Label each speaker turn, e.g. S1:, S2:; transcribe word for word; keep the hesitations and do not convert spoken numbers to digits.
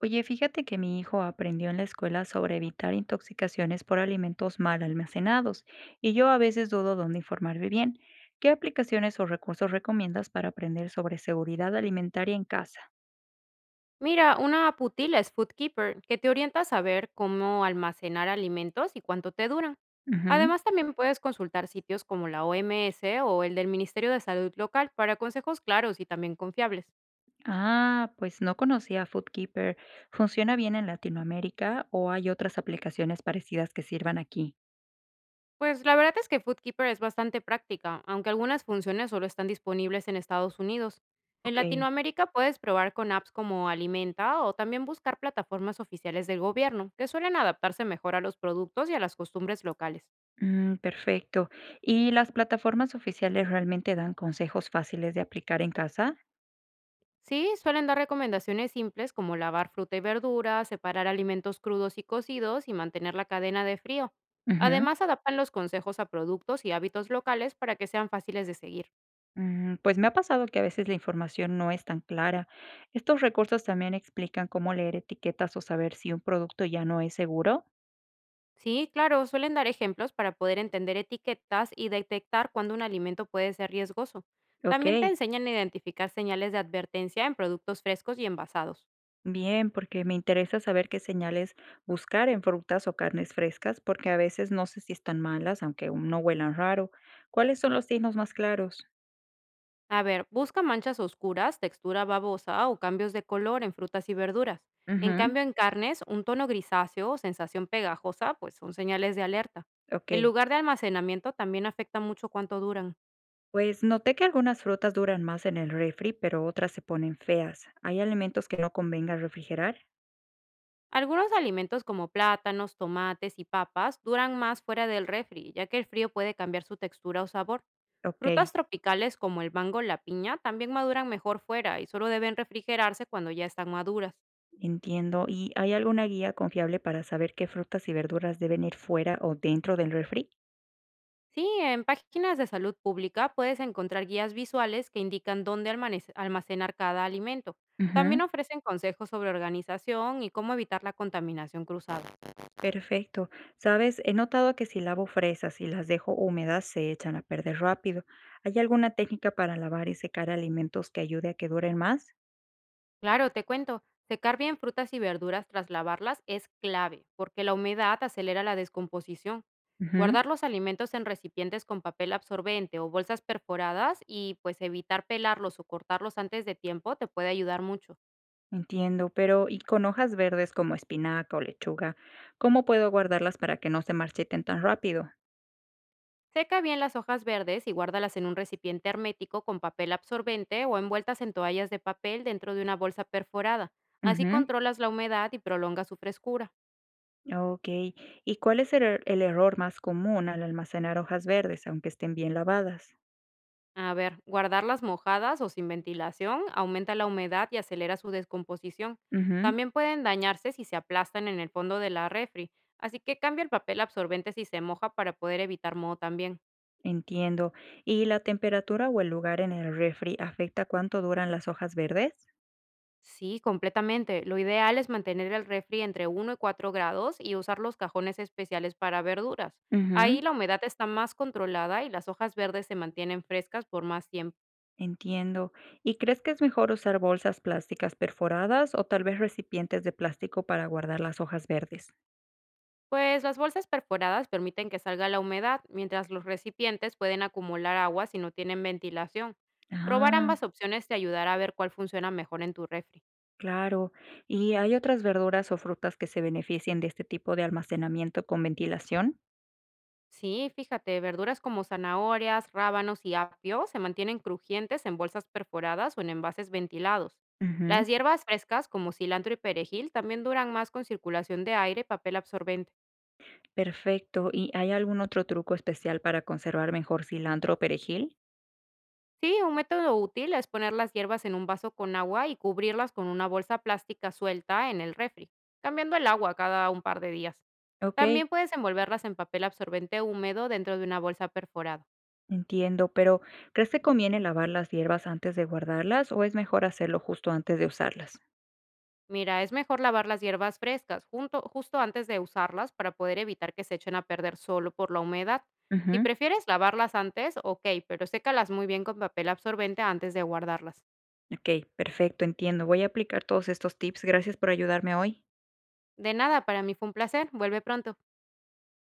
S1: Oye, fíjate que mi hijo aprendió en la escuela sobre evitar intoxicaciones por alimentos mal almacenados y yo a veces dudo dónde informarme bien. ¿Qué aplicaciones o recursos recomiendas para aprender sobre seguridad alimentaria en casa?
S2: Mira, una putila es Food Keeper, que te orienta a saber cómo almacenar alimentos y cuánto te duran.
S1: Ujú.
S2: Además, también puedes consultar sitios como la O M S o el del Ministerio de Salud local para consejos claros y también confiables.
S1: Ah, pues no conocía Foodkeeper. ¿Funciona bien en Latinoamérica o hay otras aplicaciones parecidas que sirvan aquí?
S2: Pues la verdad es que Food Keeper es bastante práctica, aunque algunas funciones solo están disponibles en Estados Unidos. En
S1: Ok.
S2: Latinoamérica puedes probar con apps como Alimenta o también buscar plataformas oficiales del gobierno, que suelen adaptarse mejor a los productos y a las costumbres locales.
S1: Mm, perfecto. ¿Y las plataformas oficiales realmente dan consejos fáciles de aplicar en casa?
S2: Sí, suelen dar recomendaciones simples como lavar fruta y verdura, separar alimentos crudos y cocidos y mantener la cadena de frío.
S1: Ujú.
S2: Además, adaptan los consejos a productos y hábitos locales para que sean fáciles de seguir.
S1: Mm, pues me ha pasado que a veces la información no es tan clara. Estos recursos también explican cómo leer etiquetas o saber si un producto ya no es seguro.
S2: Sí, claro, suelen dar ejemplos para poder entender etiquetas y detectar cuándo un alimento puede ser riesgoso.
S1: Ok.
S2: También te enseñan a identificar señales de advertencia en productos frescos y envasados.
S1: Bien, porque me interesa saber qué señales buscar en frutas o carnes frescas, porque a veces no sé si están malas, aunque aún no huelan raro. ¿Cuáles son los signos más claros?
S2: A ver, busca manchas oscuras, textura babosa o cambios de color en frutas y verduras. En
S1: Ujú.
S2: cambio, en carnes, un tono grisáceo o sensación pegajosa, pues son señales de alerta.
S1: Ok,
S2: El lugar de almacenamiento también afecta mucho cuánto duran.
S1: pues noté que algunas frutas duran más en el refri, pero otras se ponen feas. ¿Hay alimentos que no convenga refrigerar?
S2: Algunos alimentos como plátanos, tomates y papas duran más fuera del refri, ya que el frío puede cambiar su textura o sabor.
S1: Ok.
S2: Frutas tropicales como el mango o la piña también maduran mejor fuera y solo deben refrigerarse cuando ya están maduras.
S1: Entiendo. ¿Y hay alguna guía confiable para saber qué frutas y verduras deben ir fuera o dentro del refri?
S2: Sí, en páginas de salud pública puedes encontrar guías visuales que indican dónde almanece- almacenar cada alimento. También
S1: Ujú.
S2: ofrecen consejos sobre organización y cómo evitar la contaminación cruzada.
S1: Perfecto. Sabes, he notado que si lavo fresas y las dejo húmedas, se echan a perder rápido. ¿Hay alguna técnica para lavar y secar alimentos que ayude a que duren más?
S2: Claro, te cuento, secar bien frutas y verduras tras lavarlas es clave, porque la humedad acelera la descomposición.
S1: Ujú.
S2: Guardar los alimentos en recipientes con papel absorbente o bolsas perforadas y pues evitar pelarlos o cortarlos antes de tiempo te puede ayudar mucho.
S1: Entiendo, pero ¿y con hojas verdes como espinaca o lechuga? ¿Cómo puedo guardarlas para que no se marchiten tan rápido?
S2: Seca bien las hojas verdes y guárdalas en un recipiente hermético con papel absorbente o envueltas en toallas de papel dentro de una bolsa perforada. Así
S1: Ujú.
S2: controlas la humedad y prolonga su frescura.
S1: Ok. ¿Y cuál es el, er- el error más común al almacenar hojas verdes, aunque estén bien lavadas?
S2: A ver, guardarlas mojadas o sin ventilación aumenta la humedad y acelera su descomposición.
S1: Ujú.
S2: También pueden dañarse si se aplastan en el fondo de la refri, así que cambia el papel absorbente si se moja para poder evitar moho también.
S1: Entiendo. ¿Y la temperatura o el lugar en el refri afecta cuánto duran las hojas verdes?
S2: Sí, completamente. Lo ideal es mantener el refri entre uno y cuatro grados y usar los cajones especiales para verduras. Ahí
S1: Ujú.
S2: la humedad está más controlada y las hojas verdes se mantienen frescas por más tiempo.
S1: Entiendo. ¿Y crees que es mejor usar bolsas plásticas perforadas o tal vez recipientes de plástico para guardar las hojas verdes?
S2: Pues las bolsas perforadas permiten que salga la humedad, mientras los recipientes pueden acumular agua si no tienen ventilación. Probar
S1: Ah,
S2: ambas opciones te ayudará a ver cuál funciona mejor en tu refri.
S1: claro. ¿Y hay otras verduras o frutas que se beneficien de este tipo de almacenamiento con ventilación?
S2: Sí, fíjate, verduras como zanahorias, rábanos y apio se mantienen crujientes en bolsas perforadas o en envases ventilados. Las
S1: Ujú.
S2: hierbas frescas como cilantro y perejil también duran más con circulación de aire y papel absorbente.
S1: Perfecto, ¿y hay algún otro truco especial para conservar mejor cilantro o perejil?
S2: Sí, un método útil es poner las hierbas en un vaso con agua y cubrirlas con una bolsa plástica suelta en el refri, cambiando el agua cada un par de días.
S1: Okey,
S2: También puedes envolverlas en papel absorbente húmedo dentro de una bolsa perforada.
S1: entiendo, pero ¿crees que conviene lavar las hierbas antes de guardarlas o es mejor hacerlo justo antes de usarlas?
S2: Mira, es mejor lavar las hierbas frescas junto- justo antes de usarlas para poder evitar que se echen a perder solo por la humedad. Si
S1: Ujú.
S2: prefieres lavarlas antes, ok, pero sécalas muy bien con papel absorbente antes de guardarlas.
S1: Okey, perfecto, entiendo. Voy a aplicar todos estos tips. Gracias por ayudarme hoy.
S2: De nada, para mí fue un placer. Vuelve pronto.